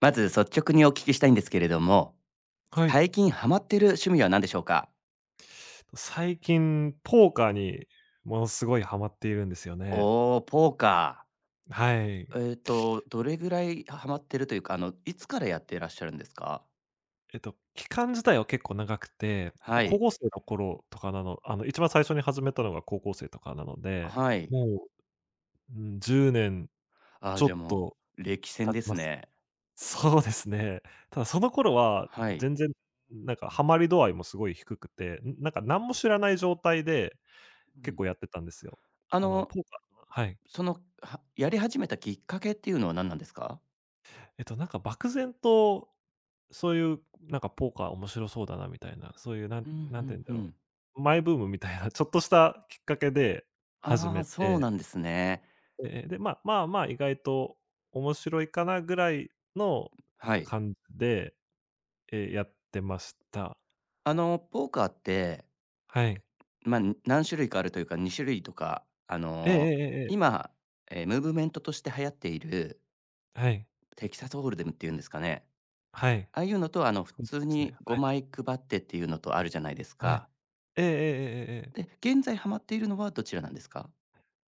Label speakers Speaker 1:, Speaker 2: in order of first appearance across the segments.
Speaker 1: まず率直にお聞きしたいんですけれども、
Speaker 2: はい。
Speaker 1: 最近ハマってる趣味は何でしょうか？
Speaker 2: 最近、ポーカーにものすごいハマっているんですよね。
Speaker 1: おー、ポーカー。
Speaker 2: はい。
Speaker 1: どれぐらいハマってるというか、いつからやってらっしゃるんですか？
Speaker 2: 期間自体は結構長くて、
Speaker 1: は
Speaker 2: 高
Speaker 1: い。
Speaker 2: 校生の頃とかなの一番最初に始めたのが高校生とかなので、
Speaker 1: はい。
Speaker 2: もう、うん、10年
Speaker 1: ああ、
Speaker 2: ちょ
Speaker 1: じゃあ、
Speaker 2: っ
Speaker 1: も
Speaker 2: と
Speaker 1: う歴戦
Speaker 2: 経ち
Speaker 1: です
Speaker 2: ます。
Speaker 1: ね。
Speaker 2: そうですね。ただその頃は
Speaker 1: はい。
Speaker 2: 全然、なんかハマり度合いもすごい低くて、なんか何も知らない状態で
Speaker 1: う
Speaker 2: 結
Speaker 1: ん。
Speaker 2: 構やってたんですよ。
Speaker 1: あの、
Speaker 2: ポーカー。はい。
Speaker 1: はやり始めたきっかけっていうのは何なんですか？
Speaker 2: なんか漠然と、そういうなんかポーカー面白そうだなみたいな、そういうな
Speaker 1: う
Speaker 2: ん
Speaker 1: ん、う
Speaker 2: なんて
Speaker 1: ん
Speaker 2: 言うん
Speaker 1: う
Speaker 2: だろ
Speaker 1: ん。
Speaker 2: う、マイブームみたいなちょっとしたきっかけで始
Speaker 1: ああ、
Speaker 2: め
Speaker 1: そう
Speaker 2: て、
Speaker 1: なんですね。
Speaker 2: ええ、で、まあまあまあ、意外と面白いかなぐらいの
Speaker 1: はい。
Speaker 2: 感じで、やってました。
Speaker 1: ポーカーって、
Speaker 2: はい。
Speaker 1: まあ、何種類かあるというか、2種類とか、
Speaker 2: ええええええ。
Speaker 1: 今、ムーブメントとして流行っている
Speaker 2: はい。
Speaker 1: テキサスホールデムっていうんですかね。
Speaker 2: はい。
Speaker 1: ああいうのと、普
Speaker 2: そうで
Speaker 1: 通
Speaker 2: すね。
Speaker 1: に
Speaker 2: はい。
Speaker 1: 5枚配ってっていうのとあるじゃないです
Speaker 2: はい。
Speaker 1: か。
Speaker 2: えええええええ
Speaker 1: で、
Speaker 2: え。
Speaker 1: 現在ハマっているのはどちらなんですか？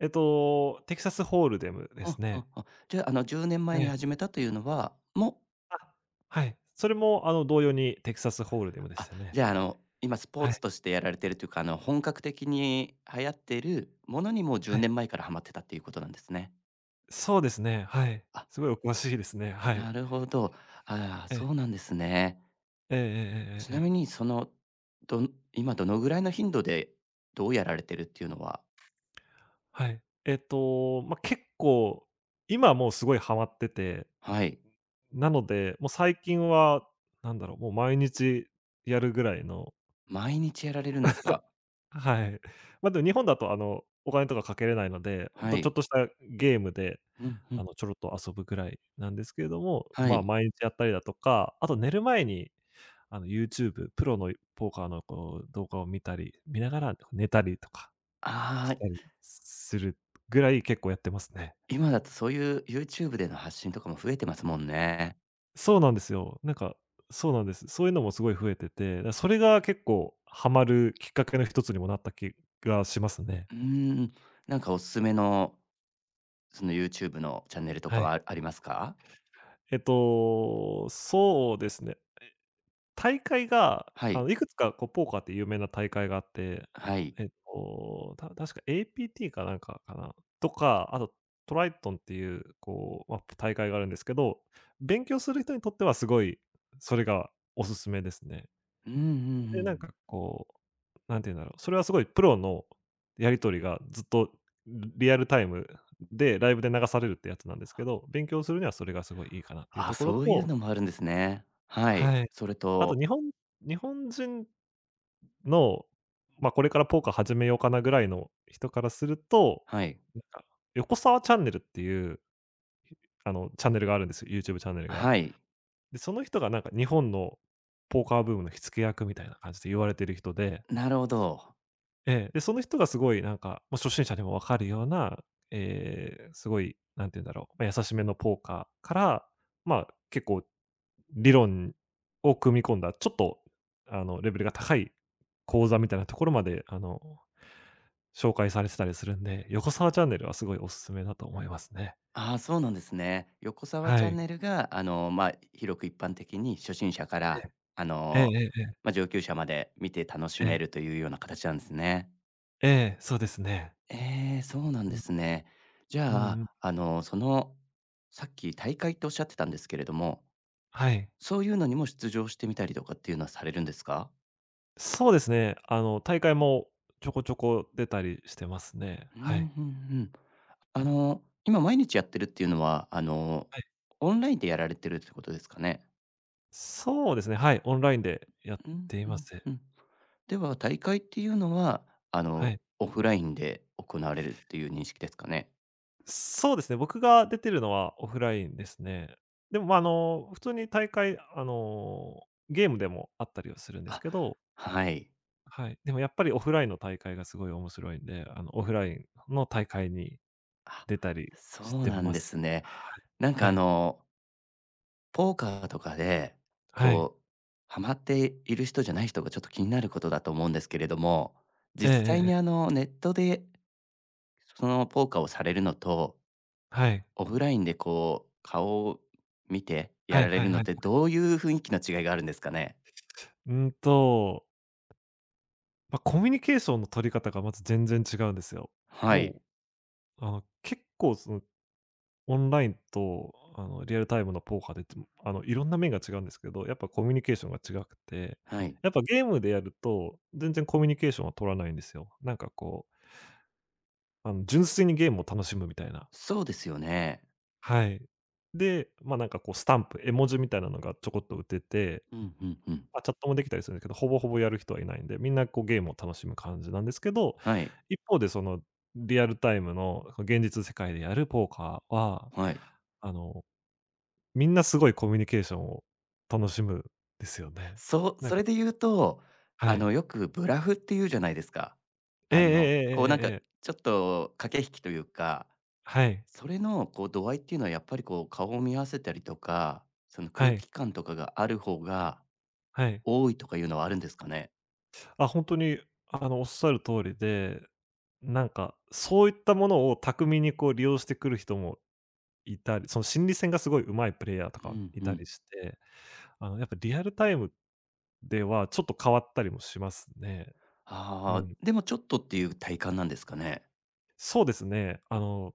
Speaker 2: テキサスホールデムで
Speaker 1: は
Speaker 2: す
Speaker 1: んはんん。
Speaker 2: ね。
Speaker 1: じゃあ、10年
Speaker 2: え
Speaker 1: 前に
Speaker 2: え。
Speaker 1: 始めたというのは、もう、
Speaker 2: あ、はい。それも同様にテキサスホールデムで
Speaker 1: あ、
Speaker 2: したね。
Speaker 1: じゃあ、今スポー
Speaker 2: は
Speaker 1: ツ
Speaker 2: い、
Speaker 1: としてやられてるというか、本格的に流行っているものにも10
Speaker 2: はい。
Speaker 1: 年前からハマってたっていうことなんですね。
Speaker 2: そうですね、はい。
Speaker 1: あ、
Speaker 2: すごいお詳しいですね。はい。
Speaker 1: なるほど。ああ、
Speaker 2: ええ、
Speaker 1: そうなんですね。
Speaker 2: えええ
Speaker 1: ち
Speaker 2: ええええ
Speaker 1: なみ
Speaker 2: え。
Speaker 1: に今どのぐらいの頻度で、どうやられてるっていうのは？
Speaker 2: はい。ま、結構、今はもうすごいハマってて、
Speaker 1: はい。
Speaker 2: なので、もう最近はなんだろう、もう毎日やるぐらいの。
Speaker 1: 毎日やられるんですか？
Speaker 2: はい。ま、でも日本だとお金とかかけれないので、ほん
Speaker 1: は
Speaker 2: とちょ
Speaker 1: い。
Speaker 2: っとしたゲームで、
Speaker 1: うんうん。
Speaker 2: ちょろっと遊ぶぐらいなんですけれども、
Speaker 1: は
Speaker 2: まあ、
Speaker 1: い。
Speaker 2: 毎日やったりだとか、あと寝る前にYouTube、プロのポーカーのこう動画を見たり、見ながら寝たりとか
Speaker 1: あ
Speaker 2: した
Speaker 1: あ、
Speaker 2: りするぐらい結構やってますね。
Speaker 1: 今だとそういう YouTube での発信とかも増えてますもんね。
Speaker 2: そうなんですよ。なんか、そうなんです。そういうのもすごい増えてて、だからそれが結構ハマるきっかけの一つにもなった気がしますね。
Speaker 1: うーん。なんかおすすめの、その YouTube のチャンネルとか
Speaker 2: はい。
Speaker 1: はありますか？
Speaker 2: そうですね。大会が、
Speaker 1: はい。
Speaker 2: いくつかこうポーカーって有名な大会があって、
Speaker 1: はい。
Speaker 2: 確か APT かなんかかな、とか、あとトライトンっていう、こう、まあ、大会があるんですけど、勉強する人にとってはすごい、それがおすすめですね。
Speaker 1: うんうんう
Speaker 2: で、なんか
Speaker 1: ん。
Speaker 2: こう、なんて言うんだろう、それはすごいプロのやり取りがずっとリアルタイムでライブで流されるってやつなんですけど、勉強するにはそれがすごいいいかなっていう
Speaker 1: あ、
Speaker 2: ところ
Speaker 1: そういう
Speaker 2: と。
Speaker 1: のもあるんですね。はい。
Speaker 2: はい。
Speaker 1: それ
Speaker 2: あと
Speaker 1: と、
Speaker 2: 日本人の、まあ、これからポーカー始めようかなぐらいの人からすると、
Speaker 1: はい。
Speaker 2: なんか、横澤チャンネルっていう、チャンネルがあるんですよ、YouTube チャンネルが。
Speaker 1: はい。
Speaker 2: で、その人がなんか日本のポーカーブームの火付け役みたいな感じで言われてる人で、
Speaker 1: なるほど。
Speaker 2: ええ、で、その人がすごいなんか、ま、初心者でもわかるような、ええ、すごい、何て言うんだろう、ま、優しめのポーカーから、まあ、結構理論を組み込んだ、ちょっと、レベルが高い講座みたいなところまで、紹介されてたりするんで、横澤チャンネルはすごいおすすめだと思いますね。
Speaker 1: ああ、そうなんですね。横澤チ
Speaker 2: は
Speaker 1: ャン
Speaker 2: い。
Speaker 1: ネルが、まあ、広く一般的に初心者から、あ
Speaker 2: ええ、え
Speaker 1: の、
Speaker 2: えええ
Speaker 1: まあ、上級者まで見て楽し
Speaker 2: え
Speaker 1: め
Speaker 2: え。
Speaker 1: るというような形なんですね。
Speaker 2: ええ、そうですね。
Speaker 1: そうなん
Speaker 2: う
Speaker 1: で
Speaker 2: ん。
Speaker 1: すね。じ
Speaker 2: うんう
Speaker 1: ゃ
Speaker 2: ん。
Speaker 1: あ、さっき大会っておっしゃってたんですけれども、
Speaker 2: はい。
Speaker 1: そういうのにも出場してみたりとかっていうのはされるんですか？
Speaker 2: そうですね、大会もちょこちょこ出たりしてますね。
Speaker 1: うん、うん
Speaker 2: はい。
Speaker 1: うん。今毎日やってるっていうのは、
Speaker 2: はい。
Speaker 1: オンラインでやられてるってことですかね？
Speaker 2: そうですね、はい、オンラインでやっ
Speaker 1: うん、
Speaker 2: てい
Speaker 1: う
Speaker 2: ま
Speaker 1: ん
Speaker 2: す。
Speaker 1: うん。では、大会っていうのは、
Speaker 2: はい。
Speaker 1: オフラインで行われるっていう認識ですかね？
Speaker 2: そうですね、僕が出てるのはオフラインですね。でも、ま、普通に大会、ゲームでもあったりはするんです
Speaker 1: あ、
Speaker 2: けど。
Speaker 1: はい。
Speaker 2: はい。でもやっぱりオフラインの大会がすごい面白いんで、オフラインの大会に
Speaker 1: あ、
Speaker 2: 出たり
Speaker 1: そ
Speaker 2: し
Speaker 1: う
Speaker 2: て
Speaker 1: なん
Speaker 2: ま
Speaker 1: で
Speaker 2: す
Speaker 1: す
Speaker 2: ね。
Speaker 1: ね。なん
Speaker 2: は
Speaker 1: か
Speaker 2: い。はい。
Speaker 1: ポーカーとかで、
Speaker 2: はい。
Speaker 1: こう、ハマっている人じゃない人がちょっと気になることだと思うんですけれども、実
Speaker 2: えええ
Speaker 1: 際
Speaker 2: ええ
Speaker 1: に
Speaker 2: え。
Speaker 1: ネットでそのポーカーをされるのと、
Speaker 2: はい。
Speaker 1: オフラインでこう、顔を見てや
Speaker 2: は
Speaker 1: ら
Speaker 2: い
Speaker 1: れ
Speaker 2: は
Speaker 1: る
Speaker 2: い
Speaker 1: の
Speaker 2: は
Speaker 1: っ
Speaker 2: い。
Speaker 1: てどういう雰囲気の違いがあるんですかね？
Speaker 2: うんと、ま、コミュニケーションの取り方がまず全然違うんですよ。
Speaker 1: はい。
Speaker 2: もう、結構その、オンラインと、リアルタイムのポーカーでっていろんな面が違うんですけど、やっぱコミュニケーションが違くて、
Speaker 1: はい。
Speaker 2: やっぱゲームでやると、全然コミュニケーションは取らないんですよ。なんかこう純粋にゲームを楽しむみたいな。
Speaker 1: そうですよね。
Speaker 2: はい。で、まあ、なんかこうスタンプ、絵文字みたいなのがちょこっと打てて、
Speaker 1: うんうんうん。
Speaker 2: まあ、チャットもできたりするんですけど、ほぼほぼやる人はいないんで、みんなこうゲームを楽しむ感じなんですけど、
Speaker 1: はい。
Speaker 2: 一方でそのリアルタイムの現実世界でやるポーカーは、
Speaker 1: はい。
Speaker 2: あの、みんなすごいコミュニケーションを楽しむんですよね。
Speaker 1: そう、
Speaker 2: な
Speaker 1: そ
Speaker 2: んか。
Speaker 1: れで言うと、
Speaker 2: はい。
Speaker 1: よくブラフって言うじゃないですか。
Speaker 2: えええええ
Speaker 1: こう
Speaker 2: え
Speaker 1: なんか、
Speaker 2: ええええ。
Speaker 1: ちょっと駆け引きというか、
Speaker 2: はい。
Speaker 1: それのこう度合いっていうのはやっぱりこう顔を見合わせたりとか、その
Speaker 2: は
Speaker 1: 空
Speaker 2: い。
Speaker 1: 気感とかがある方が
Speaker 2: はい。
Speaker 1: 多いとかいうのはあるんですかね？
Speaker 2: あ、本当に、おっしゃる通りで、なんか、そういったものを巧みにこう利用してくる人もいたり、その心理戦がすごい上手いプレイヤーと
Speaker 1: う
Speaker 2: か
Speaker 1: ん
Speaker 2: い
Speaker 1: う
Speaker 2: た
Speaker 1: ん。
Speaker 2: りして、やっぱリアルタイムではちょっと変わったりもしますね。う
Speaker 1: ああ、
Speaker 2: ん。
Speaker 1: でもちょっとっていう体感なんですかね？
Speaker 2: そうですね。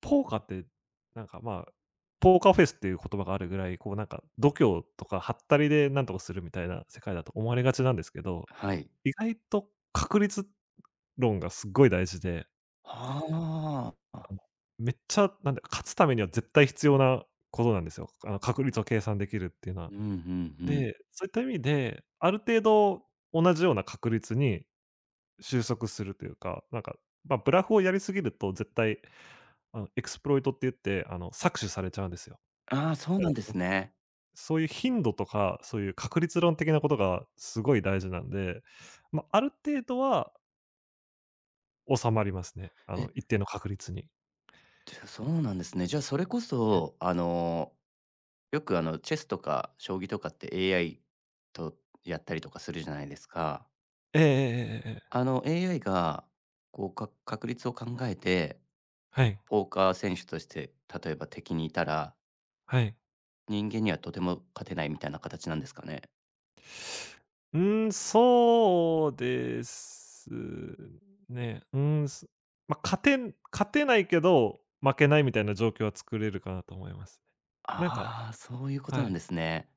Speaker 2: ポーカーって、なんか、まあ、ポーカーフェイスっていう言葉があるぐらい、こうなんか度胸とかはったりでなんとかするみたいな世界だと思われがちなんですけど、
Speaker 1: はい。
Speaker 2: 意外と確率論がすっごい大事で
Speaker 1: はあ。
Speaker 2: めっちゃ、なんで勝つためには絶対必要なことなんですよ。確率を計算できるっていうのは。
Speaker 1: うんうんうん。
Speaker 2: で、そういった意味で、ある程度同じような確率に収束するというか、なんか、ま、ブラフをやりすぎると絶対、エクスプロイトって言って、搾取されちゃうんですよ。
Speaker 1: ああ、そう
Speaker 2: だか
Speaker 1: なん
Speaker 2: ら、
Speaker 1: で
Speaker 2: そ
Speaker 1: す
Speaker 2: の、
Speaker 1: ね。
Speaker 2: そういう頻度とか、そういう確率論的なことがすごい大事なんで、ま、ある程度は収まりますね。
Speaker 1: え、
Speaker 2: 一定の確率に。
Speaker 1: じゃ、そうなんですね。じゃあ、それこそ、よく、チェスとか将棋とかって AI とやったりとかするじゃないですか。
Speaker 2: ええええええええ。
Speaker 1: AI が、こう、確率を考えて、
Speaker 2: はい、
Speaker 1: ポーカー選手として、例えば敵にいたら、
Speaker 2: はい。
Speaker 1: 人間にはとても勝てないみたいな形なんですかね？
Speaker 2: うん、そうですね。うん、まあ、勝てないけど、負けないみたいな状況は作れるかなと思いますね。なんか。
Speaker 1: ああ、そういうこと
Speaker 2: は
Speaker 1: なん
Speaker 2: い、
Speaker 1: ですね。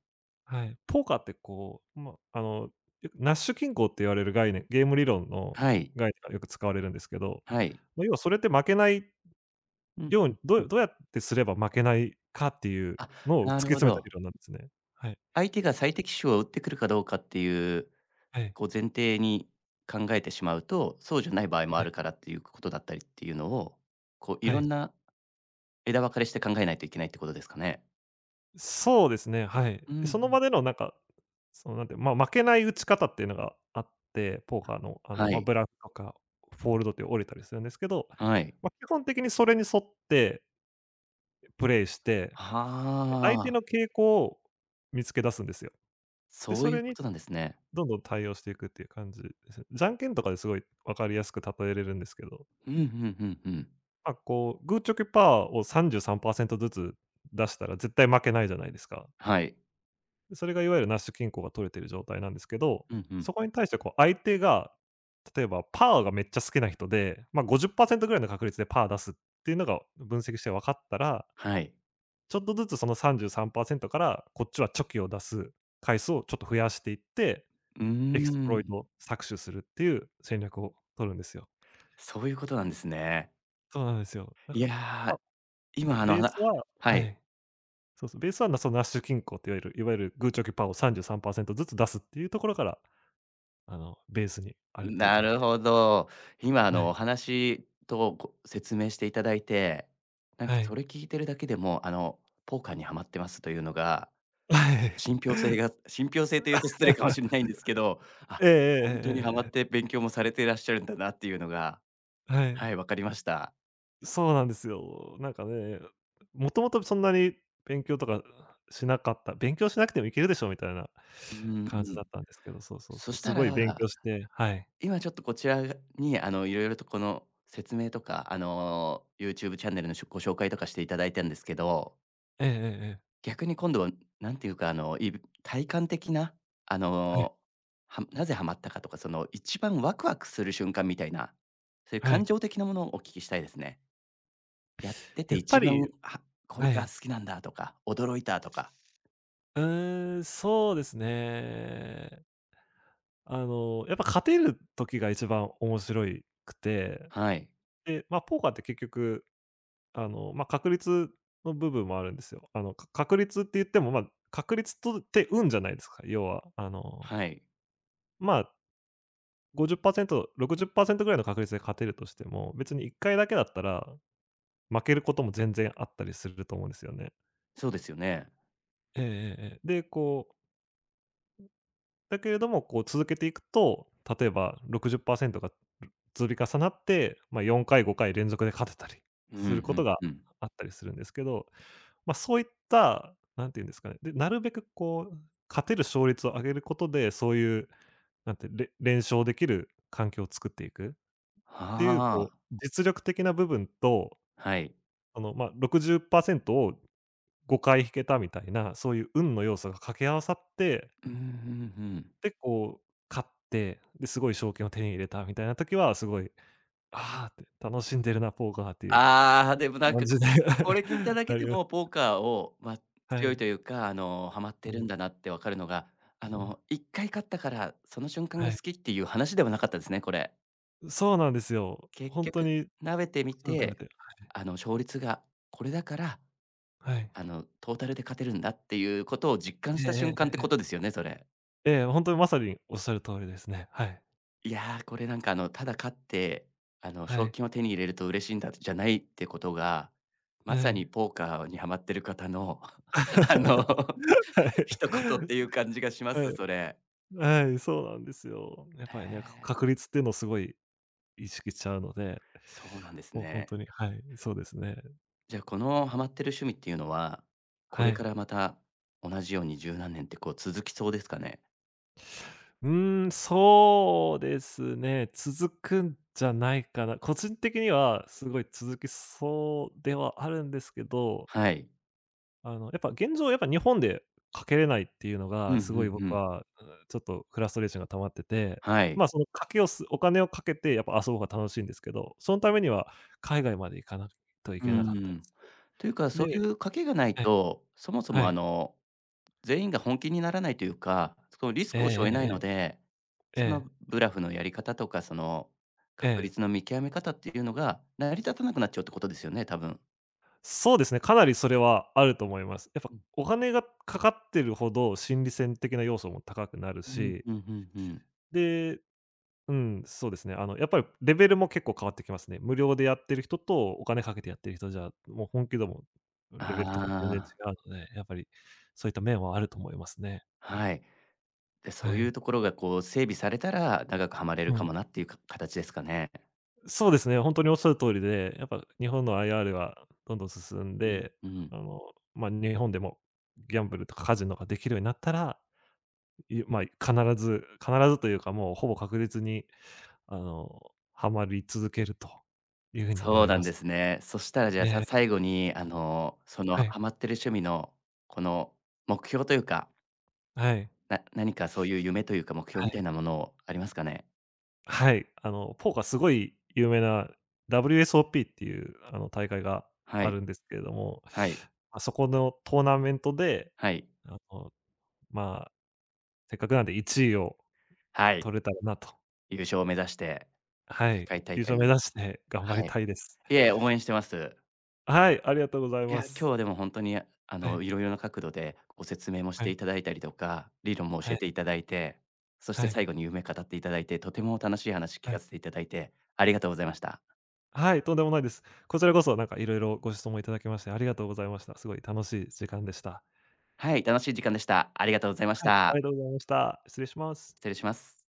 Speaker 2: はい。ポーカーってこう、まあ、よくナッシュ均衡って言われる概念、ゲーム理論の
Speaker 1: はい、
Speaker 2: 概念がよく使われるんですけど、
Speaker 1: はい。
Speaker 2: まあ、要はそれって負けない
Speaker 1: うん
Speaker 2: よう
Speaker 1: う
Speaker 2: に、
Speaker 1: んう
Speaker 2: ど
Speaker 1: ん。
Speaker 2: うどうやってすれば負けないかっていう
Speaker 1: あ、
Speaker 2: のを突
Speaker 1: な
Speaker 2: き
Speaker 1: るほ
Speaker 2: 詰めた理
Speaker 1: ど。
Speaker 2: 論なんですね。はい、
Speaker 1: 相手が最適手を打ってくるかどうかっていう
Speaker 2: はい、
Speaker 1: こう前提に考えてしまうと、そうじゃない場合もあ
Speaker 2: はい、
Speaker 1: るからっていうことだったりっていうのを、こうい
Speaker 2: は
Speaker 1: ろん
Speaker 2: い。
Speaker 1: な枝分かれして考えないといけないってことですかね？
Speaker 2: そうですね、はい。
Speaker 1: うんう
Speaker 2: その
Speaker 1: ん。
Speaker 2: 場でのなんか、そのなんてまあ負けない打ち方っていうのがあって、ポーカーの、
Speaker 1: は
Speaker 2: まあ、
Speaker 1: い、
Speaker 2: ブラフとかフォールドって折れたりするんですけど、
Speaker 1: はい。
Speaker 2: まあ、基本的にそれに沿ってプレイして、
Speaker 1: は
Speaker 2: で、相手
Speaker 1: あ、
Speaker 2: の傾向を見つけ出すんですよ。で、
Speaker 1: そう
Speaker 2: そ
Speaker 1: いう
Speaker 2: れ
Speaker 1: こ
Speaker 2: に
Speaker 1: となんですね。
Speaker 2: どんどん対応していくっていう感じですね。じゃんけんとかですごい分かりやすく例えれるんですけど、
Speaker 1: うん、うんうんうん。
Speaker 2: まあ、こう、グーチョキパーを33%ずつ出したら絶対負けないじゃないですか。
Speaker 1: はい。
Speaker 2: それがいわゆるナッシュ均衡が取れてる状態なんですけど、
Speaker 1: うんうん。
Speaker 2: そこに対してこう相手が、例えばパーがめっちゃ好きな人で、まあ、50%ぐらいの確率でパー出すっていうのが分析して分かったら、
Speaker 1: はい。
Speaker 2: ちょっとずつその33%からこっちはチョキを出す回数をちょっと増やしていって、
Speaker 1: うー
Speaker 2: エクスプロイ
Speaker 1: ん、
Speaker 2: トを搾取するっていう戦略を取るんですよ。
Speaker 1: そういうことなんですね。
Speaker 2: そうなんですよ。だ
Speaker 1: い
Speaker 2: から、
Speaker 1: や、
Speaker 2: まあ、
Speaker 1: 今あの
Speaker 2: ベ
Speaker 1: は
Speaker 2: ース
Speaker 1: な
Speaker 2: は、
Speaker 1: は
Speaker 2: は
Speaker 1: い。
Speaker 2: い。そうそう、ベースは、そのナッシュ均衡、っていわゆるグーチョキパーを33%ずつ出すっていうところから、あの、ベースにあるっていう
Speaker 1: な
Speaker 2: 感じ
Speaker 1: る
Speaker 2: で。
Speaker 1: ほど。今、
Speaker 2: は
Speaker 1: お
Speaker 2: い。
Speaker 1: 話とご説明していただいて、なんか
Speaker 2: は
Speaker 1: そ
Speaker 2: い。
Speaker 1: れ聞いてるだけでも、ポーカーにはまってますというのが、
Speaker 2: はい。
Speaker 1: 信憑性というと失礼かもしれないんですけど、あ、
Speaker 2: ええええ
Speaker 1: ほんとにはま
Speaker 2: ええ
Speaker 1: っ
Speaker 2: ええ、
Speaker 1: て勉強もされていらっしゃるんだなっていうのが、
Speaker 2: はい。
Speaker 1: はい、分かりました。
Speaker 2: そうなんですよ。なんかね、もともとそんなに勉強とかしなかった、勉強しなくてもいけるでしょみたいな
Speaker 1: うんう
Speaker 2: 感じだ
Speaker 1: ん。
Speaker 2: ったんですけど、そうそう
Speaker 1: そ
Speaker 2: そう、
Speaker 1: し
Speaker 2: す
Speaker 1: た
Speaker 2: ごい勉
Speaker 1: ら、
Speaker 2: 強して、はい。
Speaker 1: 今ちょっとこちらに、色々とこの説明とか、YouTube チャンネルのご紹介とかしていただいたんですけど、
Speaker 2: ええええええ。
Speaker 1: 逆に今度は、なんていうか、体感的な、あ
Speaker 2: はい。
Speaker 1: の、なぜハマったかとか、一番ワクワクする瞬間みたいな、そういう
Speaker 2: は
Speaker 1: 感
Speaker 2: い。
Speaker 1: 情的なものをお聞きしたいですね。やってて
Speaker 2: やっぱ
Speaker 1: 一番、
Speaker 2: り、
Speaker 1: あ、これ
Speaker 2: は
Speaker 1: が
Speaker 2: い。
Speaker 1: 好きなんだとか、驚いたとか。
Speaker 2: うーん、そうですね。あの、やっぱ勝てる時が一番面白いくて、
Speaker 1: はい。
Speaker 2: で、ま、ポーカーって結局、あの、まあ、確率の部分もあるんですよ。あの、確率って言っても、まあ、確率とって運じゃないですか。要は、あの、
Speaker 1: はい。
Speaker 2: まあ、50%、60%ぐらいの確率で勝てるとしても、別に1回だけだったら、負けることも全然あったりすると思うんですよね。
Speaker 1: そうですよね。
Speaker 2: ええええええ。で、こう、だけれども、こう続けていくと、例えば60％が積み重なって、まあ、4回、5回連続で勝てたり
Speaker 1: うんん。う
Speaker 2: することが
Speaker 1: んうん。
Speaker 2: あったりするんですけど、まあ、そういった、何て言うんですかね、で、なるべくこう、勝てる勝率を上げることで、そういう、なんて、連勝できる環境を作っていくっていう、こ
Speaker 1: は
Speaker 2: う、
Speaker 1: あ。
Speaker 2: 実力的な部分と、
Speaker 1: はい。
Speaker 2: あの、まあ、60%を5回引けたみたいな、そういう運の要素が掛け合わさって、
Speaker 1: うんうんうん。
Speaker 2: で、こう、勝って、で、すごい賞金を手に入れたみたいな時は、すごいああって、楽しんでるな、ポーカーっていう
Speaker 1: ああ、でも なん
Speaker 2: 感
Speaker 1: か、
Speaker 2: じ
Speaker 1: こ
Speaker 2: で
Speaker 1: これ聞いた だけ
Speaker 2: な
Speaker 1: で
Speaker 2: りま
Speaker 1: も
Speaker 2: す。
Speaker 1: ポーカーを、まあ、
Speaker 2: は
Speaker 1: 強いと
Speaker 2: い。
Speaker 1: いうか、ハマっ
Speaker 2: う
Speaker 1: てる
Speaker 2: ん、
Speaker 1: んだなってわかるのが、
Speaker 2: うん、
Speaker 1: 1回勝ったから、その瞬間
Speaker 2: は
Speaker 1: が好
Speaker 2: い。
Speaker 1: きっていう話ではなかったですね、これ。
Speaker 2: そうなんですよ。
Speaker 1: 結
Speaker 2: ほんと
Speaker 1: 局、
Speaker 2: におっし
Speaker 1: なべてみ
Speaker 2: ゃる通り
Speaker 1: て、
Speaker 2: で、
Speaker 1: 勝率がこれだから、
Speaker 2: はい。
Speaker 1: トータルで勝てるんだっていうことを実感
Speaker 2: え
Speaker 1: し
Speaker 2: え
Speaker 1: た
Speaker 2: え
Speaker 1: 瞬間っ
Speaker 2: え
Speaker 1: て
Speaker 2: え
Speaker 1: こ
Speaker 2: え。
Speaker 1: とですよね、それ。
Speaker 2: ええ、ほんとにまさにおっしゃる通りですね。はい。
Speaker 1: いやー、これなんかただ勝って、
Speaker 2: は
Speaker 1: 賞
Speaker 2: い。
Speaker 1: 金を手に入れると嬉しいんだじゃないってことが、ま
Speaker 2: は
Speaker 1: さに
Speaker 2: い。
Speaker 1: ポーカーにハマってる方の、あ
Speaker 2: は
Speaker 1: の、一言って
Speaker 2: い。
Speaker 1: いう感じがします、
Speaker 2: はい。
Speaker 1: それ。
Speaker 2: はい、そうなんですよ。やっ
Speaker 1: へ
Speaker 2: ぱりね、か
Speaker 1: え、
Speaker 2: 確率っていうのをすごい意識しちゃうので、
Speaker 1: そうなんです
Speaker 2: もうほん
Speaker 1: ね。
Speaker 2: とに、はい、そうですね。
Speaker 1: じゃあ、このハマってる趣味っていうのは、こ
Speaker 2: は
Speaker 1: れか
Speaker 2: い。
Speaker 1: らまた同じように十何年ってこう続きそうですかね？
Speaker 2: うーん、そうですね。続くんじゃないかな。個人的にはすごい続きそうではあるんですけど、
Speaker 1: はい。
Speaker 2: あの、やっぱ現状やっぱ日本でかけれないっていうの
Speaker 1: うんう
Speaker 2: がすごい
Speaker 1: んう
Speaker 2: 僕
Speaker 1: ん。
Speaker 2: は、うーん、ちょっとフラストレーションが溜まってて、
Speaker 1: はい。
Speaker 2: ま、あ、その賭けをすお金をかけてやっぱ遊ぶ方が楽しいんですけど、そのためには海外まで行かないとい
Speaker 1: う
Speaker 2: けなか
Speaker 1: ん
Speaker 2: っ
Speaker 1: う
Speaker 2: たり
Speaker 1: ん。
Speaker 2: する。
Speaker 1: というか、そ
Speaker 2: で、
Speaker 1: ういう賭けがない
Speaker 2: ええ、
Speaker 1: と、そもそ
Speaker 2: は
Speaker 1: も
Speaker 2: い。
Speaker 1: 全員が本気にならないというか、そのリス
Speaker 2: え
Speaker 1: クを背負えないの
Speaker 2: えええ
Speaker 1: で、
Speaker 2: ええ、
Speaker 1: そ
Speaker 2: ええ、
Speaker 1: のブラフのやり方とか、その
Speaker 2: え
Speaker 1: 確
Speaker 2: え。
Speaker 1: 率の見極め方っていうのが、成り立たなくなっちゃうってことですよね、多分。
Speaker 2: そうですね、かなりそれはあると思います。やっぱ
Speaker 1: う
Speaker 2: お金がかかってるほど、心理戦的な要素も高くなる
Speaker 1: ん、うん
Speaker 2: し、
Speaker 1: うんうんうん、
Speaker 2: で、うん、そうですね、あの、やっぱりレベルも結構変わってきますね。無料でやってる人と、お金かけてやってる人じゃ、もう本気度もレベルとかも全然違
Speaker 1: ああ、
Speaker 2: うので、やっぱりそういった面はあると思いますね。
Speaker 1: はい。で、
Speaker 2: は
Speaker 1: そうい
Speaker 2: い。
Speaker 1: うところがこう整備されたら、長くハマれる
Speaker 2: う
Speaker 1: か
Speaker 2: ん。
Speaker 1: もなっていうか形ですかね。
Speaker 2: そうですね、本当におっしゃる通りで、やっぱ日本の IR はどんどん進ん
Speaker 1: うん、
Speaker 2: で、
Speaker 1: うん。
Speaker 2: あの、まあ、日本でもギャンブルとかカジノができるようになったら、まあ、必ず必ずというか、もうほぼ確実に、あの、ハマり続けるという風に
Speaker 1: そ
Speaker 2: 思
Speaker 1: う
Speaker 2: い
Speaker 1: なん
Speaker 2: ま
Speaker 1: で
Speaker 2: す。
Speaker 1: すね。そしたらじゃあ、
Speaker 2: ええ、
Speaker 1: 最後にその
Speaker 2: はい、
Speaker 1: ハマってる趣味のこの目標というか、
Speaker 2: はい、
Speaker 1: 何かそういう夢というか、目標
Speaker 2: は
Speaker 1: みた
Speaker 2: い、
Speaker 1: いなものありますかね？
Speaker 2: はい。あの、ポーカーすごい有名な WSOP っていう、あの、大会が
Speaker 1: は
Speaker 2: あ
Speaker 1: い、
Speaker 2: るんですけれども、
Speaker 1: はい、
Speaker 2: ま、そこのトーナメントで、
Speaker 1: はい、
Speaker 2: あの、まあ、せっかくなんで1位を
Speaker 1: はい。
Speaker 2: 取れたらなと。
Speaker 1: 優勝を目指して、
Speaker 2: は
Speaker 1: 世
Speaker 2: い、
Speaker 1: 界大
Speaker 2: 優
Speaker 1: 会
Speaker 2: 勝目
Speaker 1: ね、
Speaker 2: 指して 頑張り
Speaker 1: はい。
Speaker 2: たいです。
Speaker 1: いえ、応援してます。
Speaker 2: はい、ありがとうござい
Speaker 1: いや、
Speaker 2: ま
Speaker 1: 今日
Speaker 2: す。
Speaker 1: はでもほんとに、
Speaker 2: はい、
Speaker 1: いろいろな角度でご説明もし
Speaker 2: は
Speaker 1: て
Speaker 2: い、
Speaker 1: いただいたりとか、理論も
Speaker 2: は
Speaker 1: 教え
Speaker 2: い、
Speaker 1: ていただいて、そし
Speaker 2: は
Speaker 1: て
Speaker 2: い、はい。
Speaker 1: 最後に夢語っていただいて、とても楽しい話聞かせていただいて、ありがとうございました。
Speaker 2: はい、とんでもないです。こちらこそなんかいろいろご質問いただきましてありがとうございました。すごい楽しい時間でした。
Speaker 1: はい、楽しい時間でした。ありがとうございまし
Speaker 2: はい、あり
Speaker 1: た。
Speaker 2: がとうございました。失礼します。
Speaker 1: 失礼します。